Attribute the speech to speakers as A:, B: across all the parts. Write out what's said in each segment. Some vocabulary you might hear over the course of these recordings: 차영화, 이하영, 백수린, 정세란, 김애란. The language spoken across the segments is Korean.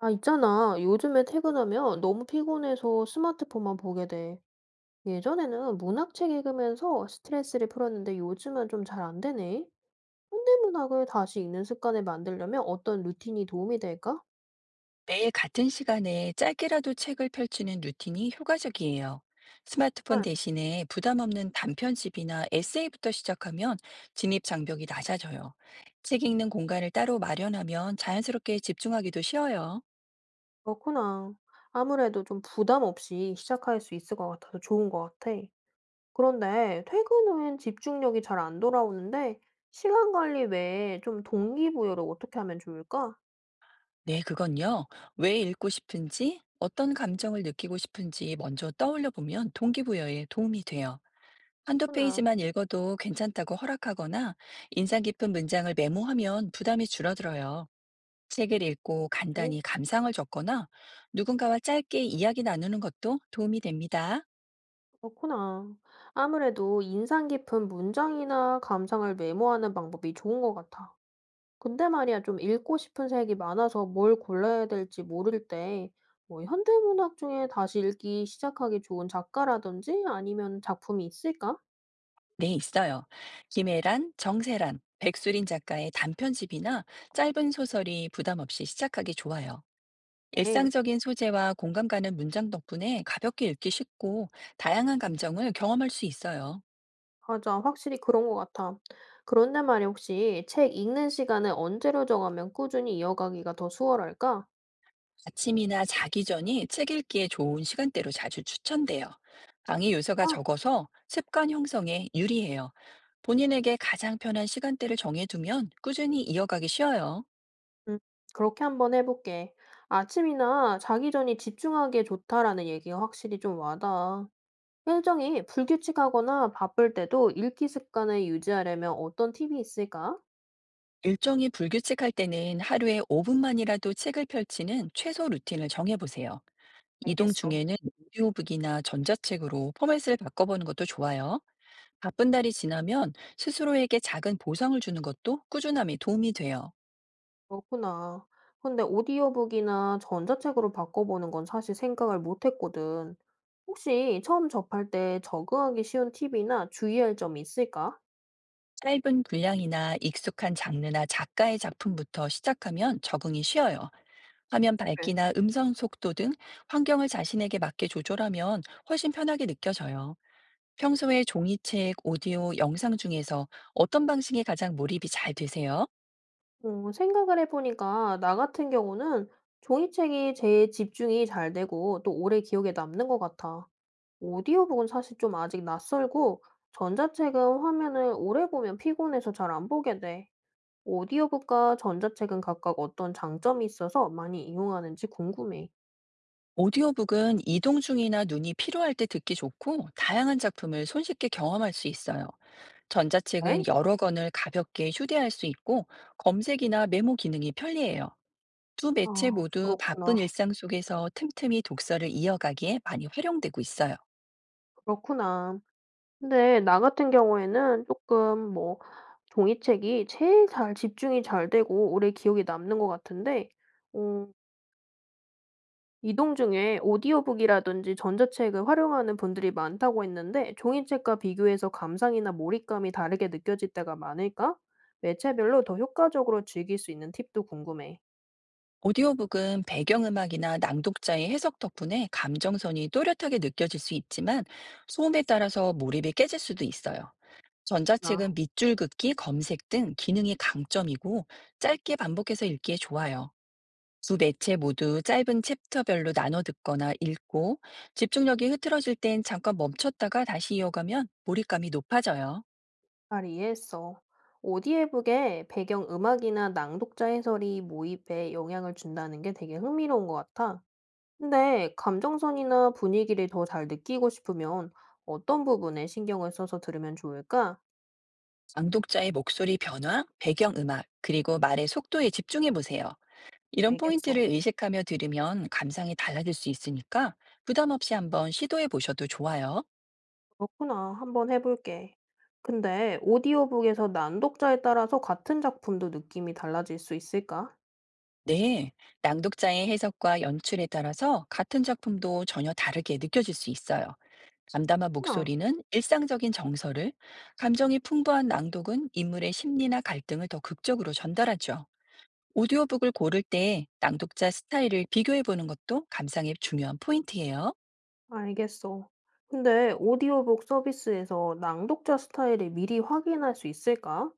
A: 아, 있잖아. 요즘에 퇴근하면 너무 피곤해서 스마트폰만 보게 돼. 예전에는 문학책 읽으면서 스트레스를 풀었는데 요즘은 좀 잘 안 되네. 현대문학을 다시 읽는 습관을 만들려면 어떤 루틴이 도움이 될까?
B: 매일 같은 시간에 짧게라도 책을 펼치는 루틴이 효과적이에요. 스마트폰
A: 아,
B: 대신에 부담 없는 단편집이나 에세이부터 시작하면 진입 장벽이 낮아져요. 책 읽는 공간을 따로 마련하면 자연스럽게 집중하기도 쉬워요.
A: 그렇구나. 아무래도 좀 부담 없이 시작할 수 있을 것 같아서 좋은 것 같아. 그런데 퇴근 후엔 집중력이 잘 안 돌아오는데 시간 관리 외에 좀 동기부여를 어떻게 하면 좋을까?
B: 네, 그건요. 왜 읽고 싶은지, 어떤 감정을 느끼고 싶은지 먼저 떠올려 보면 동기부여에 도움이 돼요. 한두
A: 그렇구나.
B: 페이지만 읽어도 괜찮다고 허락하거나 인상 깊은 문장을 메모하면 부담이 줄어들어요. 책을 읽고
A: 그래.
B: 간단히 감상을 적거나 누군가와 짧게 이야기 나누는 것도 도움이 됩니다.
A: 그렇구나. 아무래도 인상 깊은 문장이나 감상을 메모하는 방법이 좋은 것 같아. 근데 말이야, 좀 읽고 싶은 책이 많아서 뭘 골라야 될지 모를 때, 뭐, 현대문학 중에 다시 읽기 시작하기 좋은 작가라든지 아니면 작품이 있을까?
B: 네, 있어요. 김애란, 정세란, 백수린 작가의 단편집이나 짧은 소설이 부담 없이 시작하기 좋아요.
A: 네,
B: 일상적인 소재와 공감 가는 문장 덕분에 가볍게 읽기 쉽고 다양한 감정을 경험할 수 있어요.
A: 맞아. 확실히 그런 것 같아. 그런데 말이야, 혹시 책 읽는 시간을 언제로 정하면 꾸준히 이어가기가 더 수월할까?
B: 아침이나 자기 전이 책 읽기에 좋은 시간대로 자주 추천돼요. 방해 요소가 적어서 습관 형성에 유리해요. 본인에게 가장 편한 시간대를 정해두면 꾸준히 이어가기 쉬워요.
A: 음. 그렇게 한번 해 볼게. 아침이나 자기 전이 집중하기에 좋다라는 얘기가 확실히 좀 와닿아. 일정이 불규칙하거나 바쁠 때도 읽기 습관을 유지하려면 어떤 팁이 있을까?
B: 일정이 불규칙할 때는 하루에 5분만이라도 책을 펼치는 최소 루틴을 정해보세요. 이동
A: 알겠어.
B: 중에는 오디오북이나 전자책으로 포맷을 바꿔보는 것도 좋아요. 바쁜 날이 지나면 스스로에게 작은 보상을 주는 것도 꾸준함에 도움이 돼요.
A: 그렇구나. 근데 오디오북이나 전자책으로 바꿔보는 건 사실 생각을 못 했거든. 혹시 처음 접할 때 적응하기 쉬운 팁이나 주의할 점이 있을까?
B: 짧은 분량이나 익숙한 장르나 작가의 작품부터 시작하면 적응이 쉬워요. 화면
A: 네.
B: 밝기나 음성 속도 등 환경을 자신에게 맞게 조절하면 훨씬 편하게 느껴져요. 평소에 종이책, 오디오, 영상 중에서 어떤 방식이 가장 몰입이 잘 되세요?
A: 생각을 해보니까 나 같은 경우는 종이책이 제일 집중이 잘 되고 또 오래 기억에 남는 것 같아. 오디오북은 사실 좀 아직 낯설고 전자책은 화면을 오래 보면 피곤해서 잘 안 보게 돼. 오디오북과 전자책은 각각 어떤 장점이 있어서 많이 이용하는지 궁금해.
B: 오디오북은 이동 중이나 눈이 피로할 때 듣기 좋고 다양한 작품을 손쉽게 경험할 수 있어요. 전자책은
A: 네?
B: 여러 권을 가볍게 휴대할 수 있고 검색이나 메모 기능이 편리해요. 두 매체
A: 아,
B: 모두
A: 그렇구나.
B: 바쁜 일상 속에서 틈틈이 독서를 이어가기에 많이 활용되고 있어요.
A: 그렇구나. 근데 나 같은 경우에는 조금 뭐 종이책이 제일 잘 집중이 잘 되고 오래 기억에 남는 것 같은데, 어, 이동 중에 오디오북이라든지 전자책을 활용하는 분들이 많다고 했는데 종이책과 비교해서 감상이나 몰입감이 다르게 느껴질 때가 많을까? 매체별로 더 효과적으로 즐길 수 있는 팁도 궁금해.
B: 오디오북은 배경음악이나 낭독자의 해석 덕분에 감정선이 또렷하게 느껴질 수 있지만 소음에 따라서 몰입이 깨질 수도 있어요.
A: 아,
B: 전자책은 밑줄 긋기, 검색 등 기능이 강점이고 짧게 반복해서 읽기에 좋아요. 두 매체 모두 짧은 챕터별로 나눠 듣거나 읽고 집중력이 흐트러질 땐 잠깐 멈췄다가 다시 이어가면 몰입감이 높아져요.
A: 잘 이해했어. 오디오북에 배경 음악이나 낭독자 해설이 모입에 영향을 준다는 게 되게 흥미로운 것 같아. 근데 감정선이나 분위기를 더 잘 느끼고 싶으면 어떤 부분에 신경을 써서 들으면 좋을까?
B: 낭독자의 목소리 변화, 배경 음악, 그리고 말의 속도에 집중해 보세요. 이런
A: 알겠어.
B: 포인트를 의식하며 들으면 감상이 달라질 수 있으니까 부담 없이 한번 시도해 보셔도 좋아요.
A: 그렇구나. 한번 해볼게. 근데 오디오북에서 난독자에 따라서 같은 작품도 느낌이 달라질 수 있을까?
B: 네, 낭독자의 해석과 연출에 따라서 같은 작품도 전혀 다르게 느껴질 수 있어요. 담담한
A: 나
B: 목소리는 일상적인 정서를, 감정이 풍부한 낭독은 인물의 심리나 갈등을 더 극적으로 전달하죠. 오디오북을 고를 때 낭독자 스타일을 비교해 보는 것도 감상의 중요한 포인트예요.
A: 알겠어. 근데 오디오북 서비스에서 낭독자 스타일을 미리 확인할 수 있을까?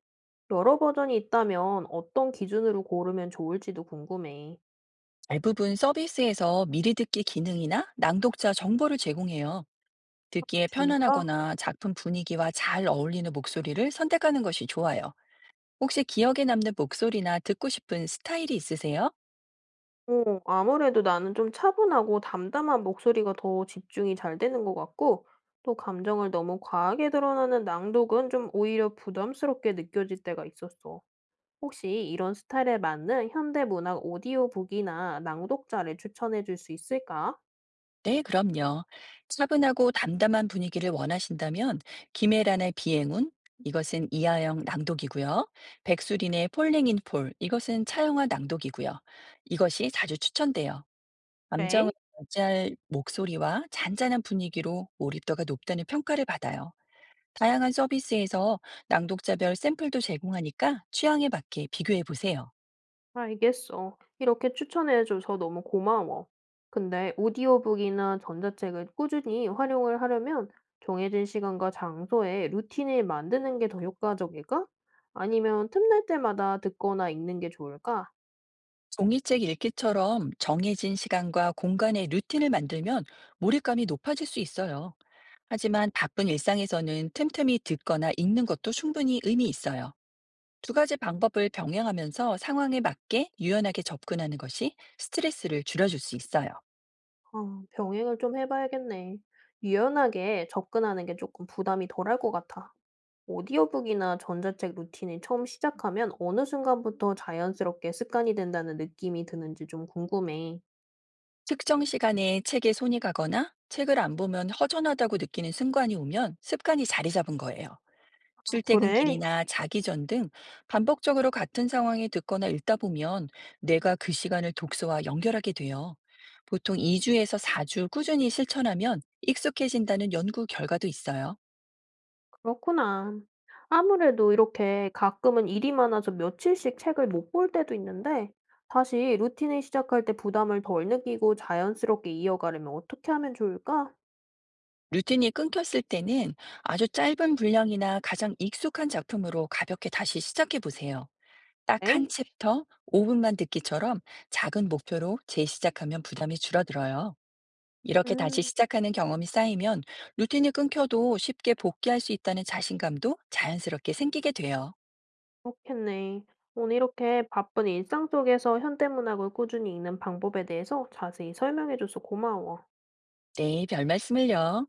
A: 여러 버전이 있다면 어떤 기준으로 고르면 좋을지도 궁금해.
B: 대부분 서비스에서 미리 듣기 기능이나 낭독자 정보를 제공해요.
A: 아,
B: 듣기에
A: 진짜?
B: 편안하거나 작품 분위기와 잘 어울리는 목소리를 선택하는 것이 좋아요. 혹시 기억에 남는 목소리나 듣고 싶은 스타일이 있으세요?
A: 아무래도 나는 좀 차분하고 담담한 목소리가 더 집중이 잘 되는 것 같고, 또 감정을 너무 과하게 드러나는 낭독은 좀 오히려 부담스럽게 느껴질 때가 있었어. 혹시 이런 스타일에 맞는 현대문학 오디오북이나 낭독자를 추천해 줄 수 있을까?
B: 네, 그럼요. 차분하고 담담한 분위기를 원하신다면 김혜란의 비행운 이것은 이하영 낭독이고요. 백수린의 폴링 인 폴 이것은 차영화 낭독이고요. 이것이 자주 추천돼요. 감정을
A: 네.
B: 절제할 목소리와 잔잔한 분위기로 몰입도가 높다는 평가를 받아요. 다양한 서비스에서 낭독자별 샘플도 제공하니까 취향에 맞게 비교해 보세요.
A: 알겠어. 이렇게 추천해줘서 너무 고마워. 근데 오디오북이나 전자책을 꾸준히 활용을 하려면 정해진 시간과 장소에 루틴을 만드는 게 더 효과적일까? 아니면 틈날 때마다 듣거나 읽는 게 좋을까?
B: 종이책 읽기처럼 정해진 시간과 공간의 루틴을 만들면 몰입감이 높아질 수 있어요. 하지만 바쁜 일상에서는 틈틈이 듣거나 읽는 것도 충분히 의미 있어요. 두 가지 방법을 병행하면서 상황에 맞게 유연하게 접근하는 것이 스트레스를 줄여줄 수 있어요.
A: 아, 병행을 좀 해봐야겠네. 유연하게 접근하는 게 조금 부담이 덜할 것 같아. 오디오북이나 전자책 루틴을 처음 시작하면 어느 순간부터 자연스럽게 습관이 된다는 느낌이 드는지 좀 궁금해.
B: 특정 시간에 책에 손이 가거나 책을 안 보면 허전하다고 느끼는 순간이 오면 습관이 자리 잡은 거예요.
A: 아, 그래?
B: 출퇴근길이나 자기 전 등 반복적으로 같은 상황에 듣거나 읽다 보면 뇌가 그 시간을 독서와 연결하게 돼요. 보통 2주에서 4주 꾸준히 실천하면 익숙해진다는 연구 결과도 있어요.
A: 그렇구나. 아무래도 이렇게 가끔은 일이 많아서 며칠씩 책을 못 볼 때도 있는데, 다시 루틴을 시작할 때 부담을 덜 느끼고 자연스럽게 이어가려면 어떻게 하면 좋을까?
B: 루틴이 끊겼을 때는 아주 짧은 분량이나 가장 익숙한 작품으로 가볍게 다시 시작해 보세요. 딱 한
A: 에?
B: 챕터 5 분만 듣기처럼 작은 목표로 재시작하면 부담이 줄어들어요. 이렇게 다시
A: 음,
B: 시작하는 경험이 쌓이면 루틴이 끊겨도 쉽게 복귀할 수 있다는 자신감도 자연스럽게 생기게 돼요.
A: 그렇겠네. 오늘 이렇게 바쁜 일상 속에서 현대문학을 꾸준히 읽는 방법에 대해서 자세히 설명해줘서 고마워.
B: 네, 별 말씀을요.